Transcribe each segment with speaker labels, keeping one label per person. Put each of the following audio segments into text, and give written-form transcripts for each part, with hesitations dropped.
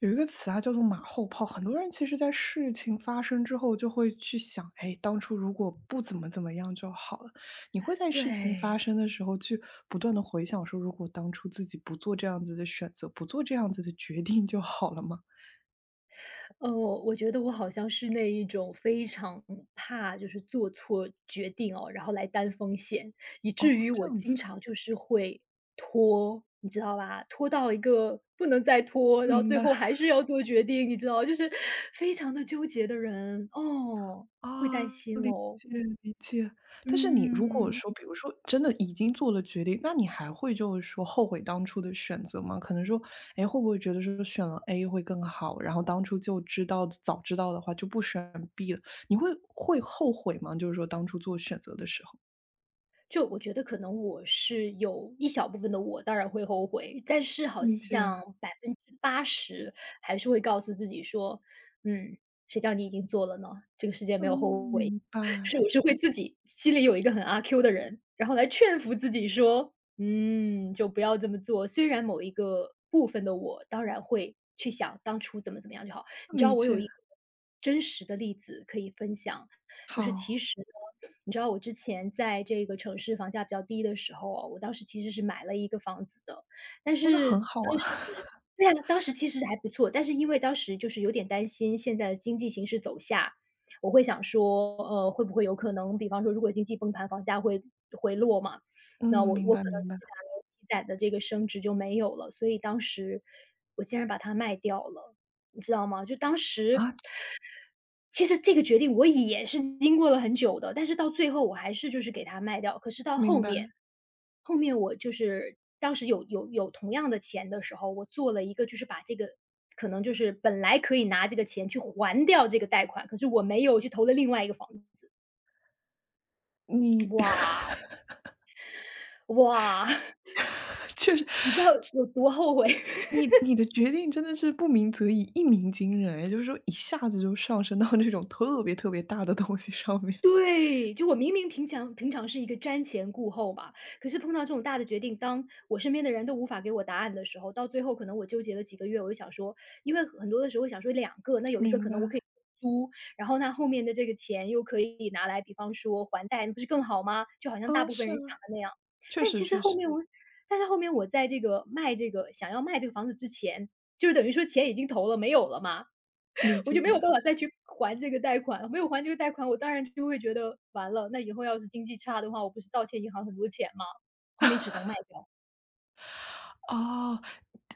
Speaker 1: 有一个词啊，叫做马后炮。很多人其实，在事情发生之后，就会去想，哎，当初如果不怎么怎么样就好了。你会在事情发
Speaker 2: 对，
Speaker 1: 生的时候，去不断的回想，说，如果当初自己不做这样子的选择，不做这样子的决定就好了吗？
Speaker 2: 我觉得我好像是那一种非常怕就是做错决定哦，然后来担风险，以
Speaker 1: 哦，
Speaker 2: 至于
Speaker 1: 这
Speaker 2: 我
Speaker 1: 样子
Speaker 2: 经
Speaker 1: 啊，
Speaker 2: 常就是会拖，你知道吧？拖到一个不能再拖，然后
Speaker 1: 明
Speaker 2: 最后
Speaker 1: 白。
Speaker 2: 还是要做决定，你知道，就是非常的纠结的人哦，会担
Speaker 1: 啊，
Speaker 2: 心
Speaker 1: 理
Speaker 2: 哦，
Speaker 1: 解理解。但是你如果
Speaker 2: 嗯。
Speaker 1: 说，比如说真的已经做了决定，那你还会就是说后悔当初的选择吗？可能说，哎，会不会觉得说选了 A 会更好，然后当初就知道，早知道的话就不选 B 了，你会后悔吗？就是说当初做选择的时候。
Speaker 2: 就我觉得可能我是有一小部分的我当然会后悔，但是好
Speaker 1: 理解，
Speaker 2: 像80%还是会告诉自己说："嗯，谁叫你已经做了呢？"间
Speaker 1: 嗯，
Speaker 2: 没有后悔。
Speaker 1: 明
Speaker 2: 就是
Speaker 1: 白，
Speaker 2: 我是会自己心里有一个很阿 Q 的人，然后来劝服自己说："嗯，就不要这么做。"虽然某一个部分的我，当然会去想当初怎么怎么样就好。你知道
Speaker 1: 理
Speaker 2: 我有
Speaker 1: 解，
Speaker 2: 一个真实的例子可以分享，就是其
Speaker 1: 好，
Speaker 2: 实呢，你知道我之前在这个城市房价比较低的时候啊，我当时其实是买了一个房子的，但
Speaker 1: 哦，那很
Speaker 2: 是
Speaker 1: 好
Speaker 2: 当
Speaker 1: 啊。
Speaker 2: 时 对啊，当时其实还不错，但是因为当时就是有点担心现在的经济形势走下，我会想说，会不会有可能，比方说如果经济崩盘，房价会回落嘛，
Speaker 1: 嗯，
Speaker 2: 那我
Speaker 1: 明
Speaker 2: 我可
Speaker 1: 白
Speaker 2: 能
Speaker 1: 明白，
Speaker 2: 这两年积攒的这个升值就没有了，所以当时我竟然把它卖掉了，你知道吗？就当时
Speaker 1: 啊，
Speaker 2: 其实这个决定我也是经过了很久的，但是到最后我还是就是给它卖掉。可是到
Speaker 1: 明
Speaker 2: 后
Speaker 1: 白，
Speaker 2: 面，后面我就是当时有同样的钱的时候，我做了一个就是把这个可能就是本来可以拿这个钱去还掉这个贷款，可是我没有，去投了另外一个房子。
Speaker 1: 你
Speaker 2: 哇哇，
Speaker 1: 确
Speaker 2: 你知道
Speaker 1: 实，
Speaker 2: 有多后悔？
Speaker 1: 你的决定真的是不鸣则已，一鸣惊人，也就是说一下子就上升到这种特别特别大的东西上面。
Speaker 2: 对，就我明明平常平常是一个瞻前顾后嘛，可是碰到这种大的决定，当我身边的人都无法给我答案的时候，到最后可能我纠结了几个月，我就想说，因为很多的时候我想说两个，那有一个
Speaker 1: 明
Speaker 2: 可
Speaker 1: 白，
Speaker 2: 能我可以租，然后那后面的这个钱又可以拿来，比方说还贷，那不是更好吗？就好像大
Speaker 1: 啊，
Speaker 2: 部分
Speaker 1: 是
Speaker 2: 人想
Speaker 1: 啊，
Speaker 2: 的那样。
Speaker 1: 确
Speaker 2: 但
Speaker 1: 实
Speaker 2: 其实
Speaker 1: 确
Speaker 2: 后
Speaker 1: 实，
Speaker 2: 面我，但是后面我在这个卖这个想要卖这个房子之前，就是等于说钱已经投了，没有了嘛。
Speaker 1: 理
Speaker 2: 我就没
Speaker 1: 解。
Speaker 2: 有办法再去还这个贷款，没有还这个贷款，我当然就会觉得完了，那以后要是经济差的话，我不是倒欠银行很多钱吗？后面只能卖掉。
Speaker 1: 哦，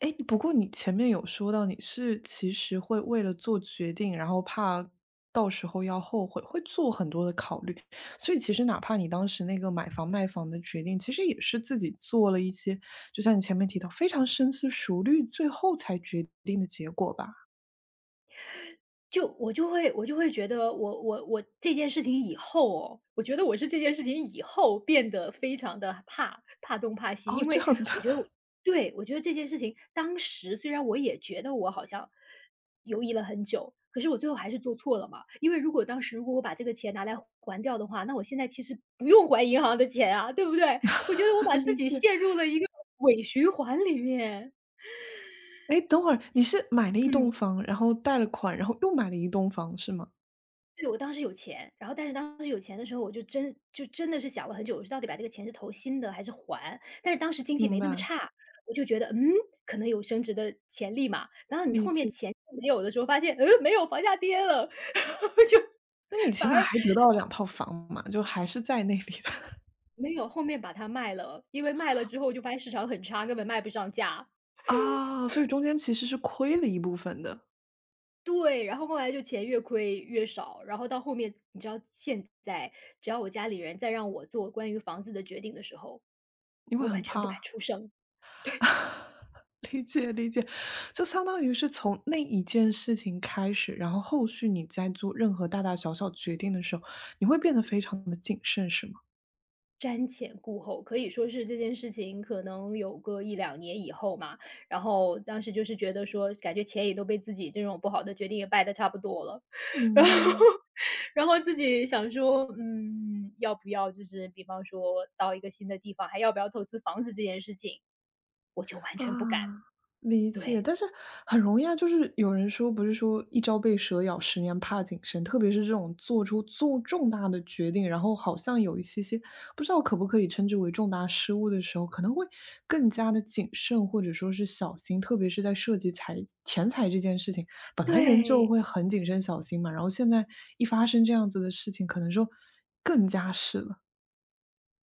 Speaker 1: 诶，不过你前面有说到你是其实会为了做决定，然后怕到时候要后悔，会做很多的考虑。所以其实哪怕你当时那个买房卖房的决定，其实也是自己做了一些，就像你前面提到，非常深思熟虑，最后才决定的结果吧？
Speaker 2: 就我就会我就会觉得我这件事情以后哦，我觉得我是这件事情以后变得非常的怕怕东怕西，
Speaker 1: 哦，
Speaker 2: 因
Speaker 1: 这
Speaker 2: 为
Speaker 1: 样子的，
Speaker 2: 我觉得我对，我觉得这件事情当时虽然我也觉得我好像犹疑了很久，可是我最后还是做错了嘛。因为如果当时如果我把这个钱拿来还掉的话，那我现在其实不用还银行的钱啊，对不对？我觉得我把 自
Speaker 1: 理
Speaker 2: 己
Speaker 1: 解。
Speaker 2: 陷入了一个伪循环里面，
Speaker 1: 哎，等会儿，你是买了一栋
Speaker 2: 嗯。
Speaker 1: 房，然后贷了款，然后又买了一栋房是吗？
Speaker 2: 对，我当时有钱，然后但是当时有钱的时候，我就真的是想了很久，我是到底把这个钱是投新的还是还？但是当时经济
Speaker 1: 明
Speaker 2: 没那么
Speaker 1: 白，
Speaker 2: 差，我就觉得，嗯，可能有升值的潜力嘛。然后你
Speaker 1: 理
Speaker 2: 后面
Speaker 1: 解。
Speaker 2: 钱没有的时候，发现，嗯，没有，房价跌了，我就
Speaker 1: 那你起
Speaker 2: 反
Speaker 1: 码
Speaker 2: 而
Speaker 1: 还得到了两套房嘛，就还是在那里的
Speaker 2: 没有后面把它卖了，因为卖了之后就发现市场很差，根本卖不上价。
Speaker 1: 啊，所以中间其实是亏了一部分的，
Speaker 2: 对，然后后来就钱越亏越少，然后到后面，你知道现在只要我家里人再让我做关于房子的决定的时候，
Speaker 1: 你会
Speaker 2: 我
Speaker 1: 很
Speaker 2: 完全不敢
Speaker 1: 怕。
Speaker 2: 出声。
Speaker 1: 理解理解，就相当于是从那一件事情开始，然后后续你在做任何大大小小决定的时候，你会变得非常的谨慎，是吗？
Speaker 2: 瞻前顾后，可以说是这件事情可能有个一两年以后嘛，然后当时就是觉得说，感觉钱也都被自己这种不好的决定也败得差不多了，然
Speaker 1: 明
Speaker 2: 后
Speaker 1: 白。
Speaker 2: 自己想说，嗯，要不要就是比方说到一个新的地方，还要不要投资房子这件事情，我就完
Speaker 1: 啊，
Speaker 2: 全不敢，
Speaker 1: 理解，
Speaker 2: 对，
Speaker 1: 但是很容易啊，就是有人说，不是说一朝被蛇咬，十年怕井绳，特别是这种做出重大的决定，然后好像有一些些不知道可不可以称之为重大失误的时候，可能会更加的谨慎或者说是小心，特别是在涉及财钱财这件事情，本来人就
Speaker 2: 对。
Speaker 1: 会很谨慎小心嘛，然后现在一发生这样子的事情，可能说更加是了，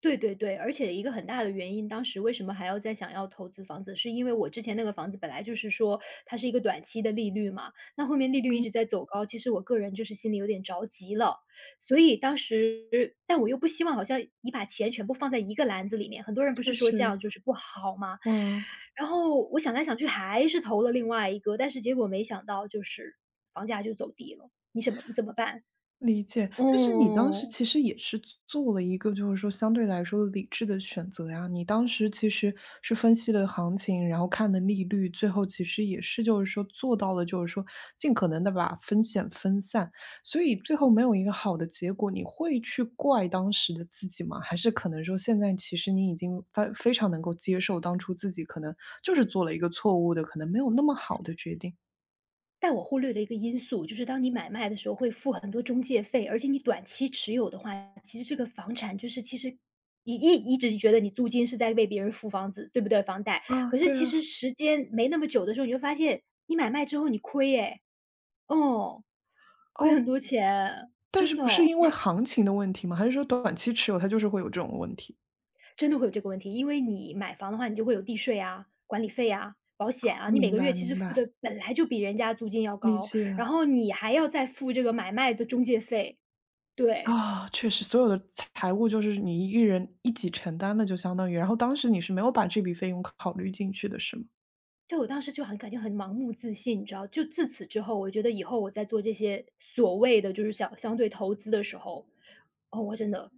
Speaker 2: 对对对，而且一个很大的原因，当时为什么还要再想要投资房子，是因为我之前那个房子本来就是说它是一个短期的利率嘛，那后面利率一直在走高，其实我个人就是心里有点着急了，所以当时但我又不希望好像你把钱全部放在一个篮子里面，很多人不是
Speaker 1: 确
Speaker 2: 说这样
Speaker 1: 实，
Speaker 2: 就是不好吗？
Speaker 1: 嗯。
Speaker 2: 然后我想来想去还是投了另外一个，但是结果没想到就是房价就走低了，你什么你怎么办？
Speaker 1: 理解，但是你当时
Speaker 2: 嗯。
Speaker 1: 其实也是做了一个，就是说相对来说理智的选择呀。你当时其实是分析了行情，然后看了利率，最后其实也是就是说做到了，就是说尽可能的把风险分散。所以最后没有一个好的结果，你会去怪当时的自己吗？还是可能说现在其实你已经非常能够接受当初自己可能就是做了一个错误的，可能没有那么好的决定。
Speaker 2: 但我忽略的一个因素，就是当你买卖的时候会付很多中介费，而且你短期持有的话，其实这个房产就是其实你一直觉得你租金是在为别人付房子，对不对？房贷，
Speaker 1: 啊？
Speaker 2: 可是
Speaker 1: 对
Speaker 2: 其实
Speaker 1: 啊，
Speaker 2: 时间没那么久的时候，你就发现你买卖之后你亏哎，哦，亏很
Speaker 1: 哦，
Speaker 2: 多钱，
Speaker 1: 但
Speaker 2: 真
Speaker 1: 是不是
Speaker 2: 的
Speaker 1: 因为 行情的问题吗？还是说短期持有它就是会有这种问题？
Speaker 2: 真的会有这个问题，因为你买房的话，你就会有地税啊、管理费啊、保险啊，你每
Speaker 1: 明
Speaker 2: 个月
Speaker 1: 白
Speaker 2: 其实
Speaker 1: 明
Speaker 2: 付
Speaker 1: 白，
Speaker 2: 的本来就比人家租金要
Speaker 1: 理
Speaker 2: 高，
Speaker 1: 解。
Speaker 2: 然后你还要再付这个买卖的中介费，对。
Speaker 1: 啊，确实，所有的财务就是你一人一己承担的，就相当于，然后当时你是没有把这笔费用考虑进去的，是吗？
Speaker 2: 对，我当时就很感觉很盲目自信，你知道，就自此之后，我觉得以后我在做这些所谓的就是相对投资的时候，哦，我真的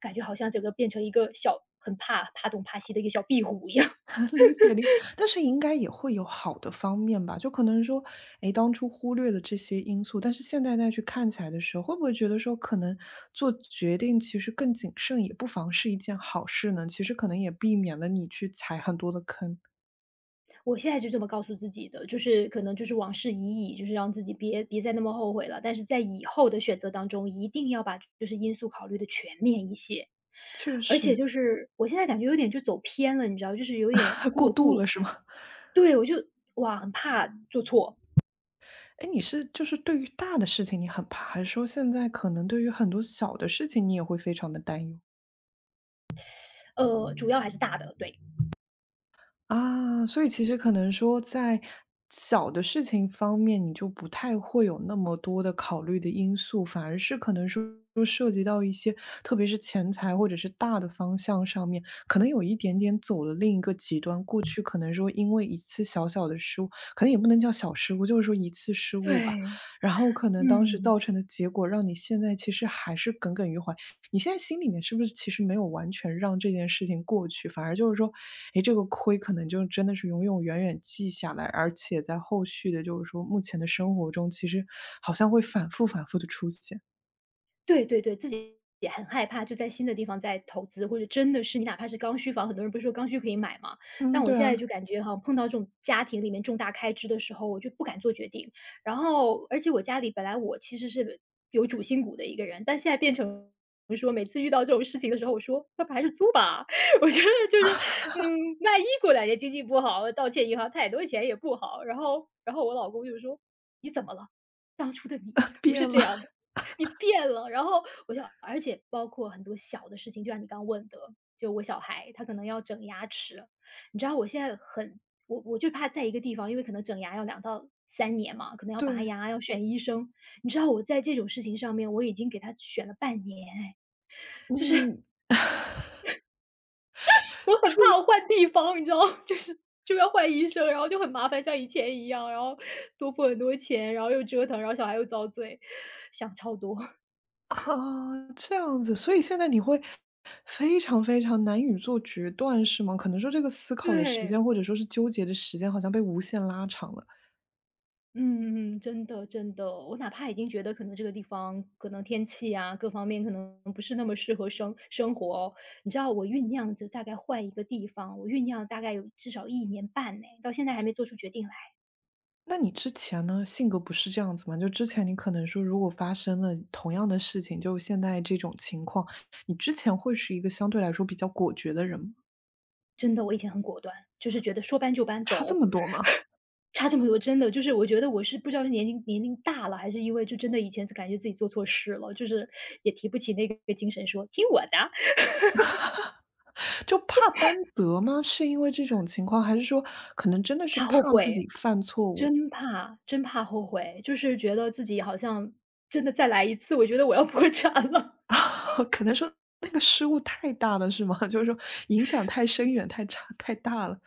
Speaker 2: 感觉好像整个变成一个小很怕怕东怕西的一个小壁虎一样。
Speaker 1: 理解。但是应该也会有好的方面吧，就可能说，哎，当初忽略了这些因素，但是现在再去看起来的时候，会不会觉得说可能做决定其实更谨慎，也不妨是一件好事呢？其实可能也避免了你去踩很多的坑。
Speaker 2: 我现在就这么告诉自己的，就是可能就是往事已矣，就是让自己别再那么后悔了。但是在以后的选择当中，一定要把就是因素考虑的全面一些。
Speaker 1: 确
Speaker 2: 而且
Speaker 1: 实，
Speaker 2: 就 是我现在感觉有点就走偏了，你知道，就是有点
Speaker 1: 过
Speaker 2: 过
Speaker 1: 度
Speaker 2: 度。
Speaker 1: 了是吗？
Speaker 2: 对，我就哇，很怕做错，
Speaker 1: 哎，你是就是对于大的事情你很怕，还是说现在可能对于很多小的事情你也会非常的担忧？
Speaker 2: 主要还是大的，对。
Speaker 1: 啊，所以其实可能说在小的事情方面，你就不太会有那么多的考虑的因素，反而是可能说涉及到一些，特别是钱财或者是大的方向上面，可能有一点点走了另一个极端。过去可能说因为一次小小的失误，可能也不能叫小失误，就是说一次失误吧，
Speaker 2: 对，
Speaker 1: 然后可能当时
Speaker 2: 嗯。
Speaker 1: 造成的结果，让你现在其实还是耿耿于怀。你现在心里面是不是其实没有完全让这件事情过去，反而就是说，哎，这个亏可能就真的是永永远远记下来，而且在后续的就是说目前的生活中，其实好像会反复反复的出现。
Speaker 2: 对对对，自己也很害怕，就在新的地方再投资，或者真的是你哪怕是刚需房，很多人不是说刚需可以买吗？但
Speaker 1: 嗯，
Speaker 2: 我
Speaker 1: 对
Speaker 2: 现在
Speaker 1: 啊，
Speaker 2: 就感觉哈，碰到这种家庭里面重大开支的时候，我就不敢做决定。而且我家里本来我其实是有主心骨的一个人，但现在变成说每次遇到这种事情的时候，我说要不还是租吧，我觉得就是，嗯，万一过两年经济不好，倒欠银行太多钱也不好。然后，我老公就说："你怎么了？当初的你 不是
Speaker 1: 变
Speaker 2: 这样
Speaker 1: 了，
Speaker 2: 的。"你变了。然后我就而且包括很多小的事情，就像你刚问的，就我小孩他可能要整牙齿，你知道我现在很我就怕在一个地方，因为可能整牙要2到3年嘛，可能要拔
Speaker 1: 对，
Speaker 2: 牙，要选医生。你知道我在这种事情上面，我已经给他选了半年哎，就是
Speaker 1: 你
Speaker 2: 我很
Speaker 1: 注
Speaker 2: 怕
Speaker 1: 意，
Speaker 2: 我换地方，你知道，就是就要换医生，然后就很麻烦，像以前一样，然后多付很多钱，然后又折腾，然后小孩又遭罪，想超多，
Speaker 1: 啊，这样子，所以现在你会非常非常难以做决断是吗？可能说这个思 考的时
Speaker 2: 对。
Speaker 1: 间，或者说是纠结的时间好像被无限拉长了。
Speaker 2: 嗯嗯嗯，真的真的，我哪怕已经觉得可能这个地方可能天气啊，各方面可能不是那么适合生活哦。你知道我酝酿着大概换一个地方，我酝酿大概有至少一年半呢，到现在还没做出决定来。
Speaker 1: 那你之前呢，性格不是这样子吗？就之前你可能说，如果发生了同样的事情，就现在这种情况，你之前会是一个相对来说比较果决的人吗？
Speaker 2: 真的，我以前很果断，就是觉得说搬就搬，
Speaker 1: 差这
Speaker 2: 走。
Speaker 1: 么多吗？
Speaker 2: 差这么多，真的就是我觉得我是不知道是年龄大了，还是因为就真的以前就感觉自己做错事了，就是也提不起那个精神说："听我的。"
Speaker 1: 就怕担责吗？是因为这种情况，还是说可能真的是
Speaker 2: 他后
Speaker 1: 怕自
Speaker 2: 悔。
Speaker 1: 己犯错误？
Speaker 2: 真怕真怕后悔，就是觉得自己好像真的再来一次，我觉得我要 破产了。
Speaker 1: 可能说那个失误太大了，是吗？就是说影响太深远、太差、太大了。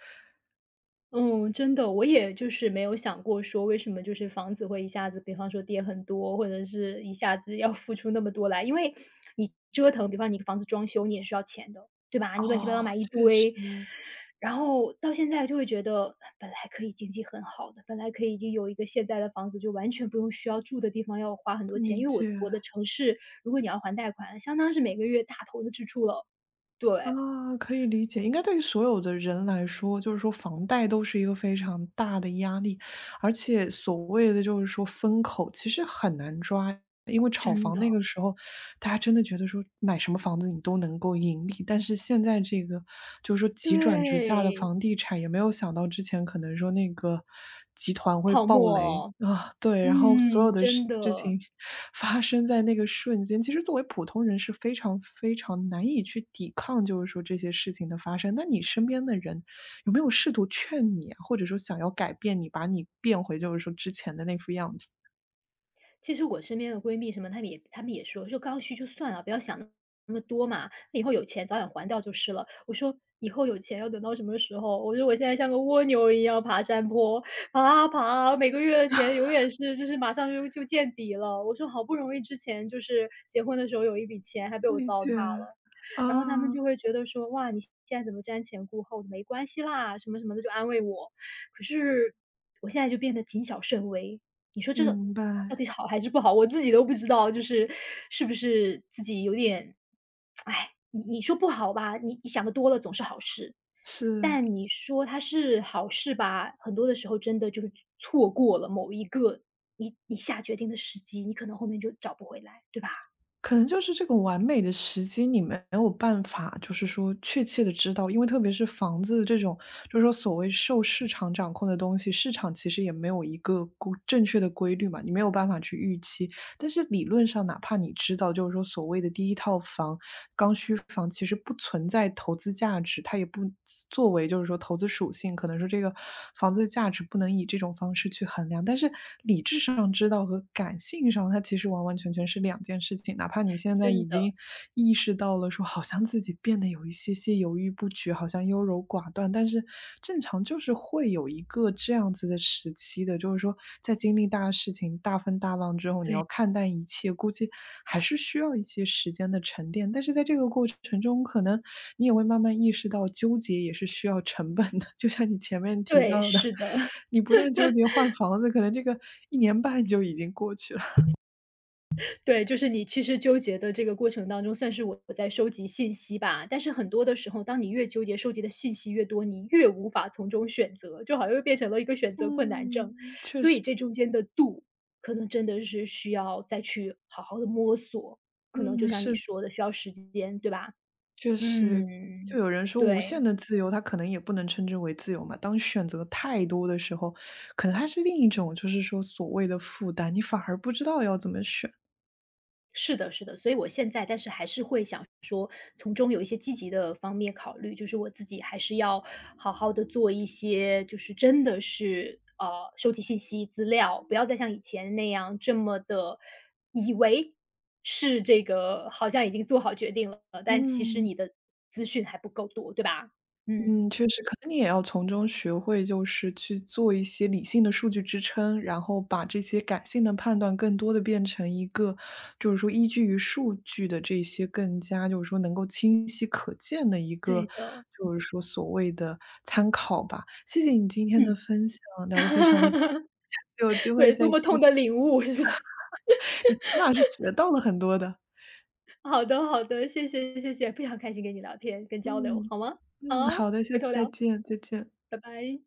Speaker 2: 嗯，真的，我也就是没有想过说为什么就是房子会一下子，比方说跌很多，或者是一下子要付出那么多来，因为你折腾，比方你房子装修，你也需要钱的，对吧？你乱七八糟
Speaker 1: 哦，
Speaker 2: 买一
Speaker 1: 确实，
Speaker 2: 堆，然后到现在就会觉得，本来可以经济很好的，本来可以已经有一个现在的房子，就完全不用需要住的地方要花很多
Speaker 1: 理
Speaker 2: 钱。因为我
Speaker 1: 解。
Speaker 2: 我的城市，如果你要还贷款，相当是每个月大头的支出了。对，
Speaker 1: 啊，可以理解，应该对于所有的人来说，就是说房贷都是一个非常大的压力，而且所谓的就是说风口，其实很难抓，因为炒
Speaker 2: 真
Speaker 1: 房
Speaker 2: 的，
Speaker 1: 那个时候大家真的觉得说买什么房子你都能够盈利，但是现在这个就是说急转直下的
Speaker 2: 对，
Speaker 1: 房地产，也没有想到之前可能说那个集团会
Speaker 2: 泡
Speaker 1: 爆雷
Speaker 2: 沫，
Speaker 1: 啊，对，然后所有
Speaker 2: 嗯，
Speaker 1: 的事
Speaker 2: 真
Speaker 1: 事
Speaker 2: 的。
Speaker 1: 情 发生在那个瞬间，其实作为普通人是非常非常难以去抵抗，就是说这些事情的发生。那你身边的人有没有试图劝你啊，或者说想要改变你，把你变回就是说之前的那副样子？
Speaker 2: 其实我身边的闺蜜什么，她们也说，就刚需就算了，不要想那么多嘛，以后有钱早点还掉就是了。我说以后有钱要等到什么时候？我说我现在像个蜗牛一样爬山坡，爬啊爬啊，每个月的钱永远是就是马上就见底了。我说好不容易之前就是结婚的时候有一笔钱，还被我
Speaker 1: 理
Speaker 2: 糟
Speaker 1: 解，
Speaker 2: 蹋了。
Speaker 1: 啊，
Speaker 2: 然后他们就会觉得说，哇，你现在怎么瞻前顾后的没关系啦，什么什么的，就安慰我。可是我现在就变得谨小慎微，你说这个
Speaker 1: 明白，
Speaker 2: 到底是好还是不好，我自己都不知道，就是是不是自己有点你说不好吧，你想的多了总是好事，
Speaker 1: 是。
Speaker 2: 但你说它是好事吧，很多的时候真的就是错过了某一个你下决定的时机，你可能后面就找不回来，对吧？
Speaker 1: 可能就是这个完美的时机，你没有办法，就是说确切的知道，因为特别是房子这种，就是说所谓受市场掌控的东西，市场其实也没有一个固正确的规律嘛，你没有办法去预期。但是理论上，哪怕你知道，就是说所谓的第一套房、刚需房其实不存在投资价值，它也不作为就是说投资属性，可能说这个房子的价值不能以这种方式去衡量。但是理智上知道和感性上，它其实完完全全是两件事情。哪怕你现在
Speaker 2: 真
Speaker 1: 已
Speaker 2: 的，
Speaker 1: 经意识到了，说好像自己变得有一些些犹豫不决，好像优柔寡断，但是正常就是会有一个这样子的时期的，就是说在经历大事情、大风大浪之后，你
Speaker 2: 对，
Speaker 1: 要看淡一切，估计还是需要一些时间的沉淀。但是在这个过程中，可能你也会慢慢意识到，纠结也是需要成本的。就像你前面提
Speaker 2: 对，
Speaker 1: 到的，
Speaker 2: 是的。
Speaker 1: 你不断纠结换房子，可能这个1年半就已经过去了。
Speaker 2: 对，就是你其实纠结的这个过程当中，算是我在收集信息吧。但是很多的时候，当你越纠结，收集的信息越多，你越无法从中选择，就好像又变成了一个选择困难症。
Speaker 1: 嗯，确
Speaker 2: 所
Speaker 1: 实，
Speaker 2: 以这中间的度，可能真的是需要再去好好的摸索，可能就
Speaker 1: 嗯，
Speaker 2: 像你
Speaker 1: 是
Speaker 2: 说的需要时间，对吧？
Speaker 1: 就是，就
Speaker 2: 嗯，
Speaker 1: 有人说无
Speaker 2: 对。
Speaker 1: 限的自由，它可能也不能称之为自由嘛。当选择太多的时候，可能它是另一种，就是说所谓的负担，你反而不知道要怎么选。
Speaker 2: 是的，是的，所以我现在但是还是会想说，从中有一些积极的方面考虑，就是我自己还是要好好的做一些，就是真的是，收集信息资料，不要再像以前那样这么的以为是这个好像已经做好决定了，但其实
Speaker 1: 嗯。
Speaker 2: 你的资讯还不够多，对吧？
Speaker 1: 嗯，
Speaker 2: 嗯，
Speaker 1: 确实，可能你也要从中学会，就是去做一些理性的数据支撑，然后把这些感性的判断更多的变成一个，就是说依据于数据的这些更加就是说能够清晰可见的一个，
Speaker 2: 对的，
Speaker 1: 就是说所谓的参考吧。谢谢你今天
Speaker 2: 嗯，
Speaker 1: 的分享，聊得非常的开 心，有机会
Speaker 2: 对，
Speaker 1: 再
Speaker 2: 多
Speaker 1: 见。
Speaker 2: 么痛的领悟，是不是？
Speaker 1: 你起码是学到了很多的。
Speaker 2: 好的好的，谢谢谢谢，非常开心跟你聊天跟交流，
Speaker 1: 嗯，
Speaker 2: 好吗？
Speaker 1: 嗯，
Speaker 2: 好，
Speaker 1: 好的，下
Speaker 2: 回头
Speaker 1: 次再
Speaker 2: 聊，
Speaker 1: 见，再见。
Speaker 2: 拜拜。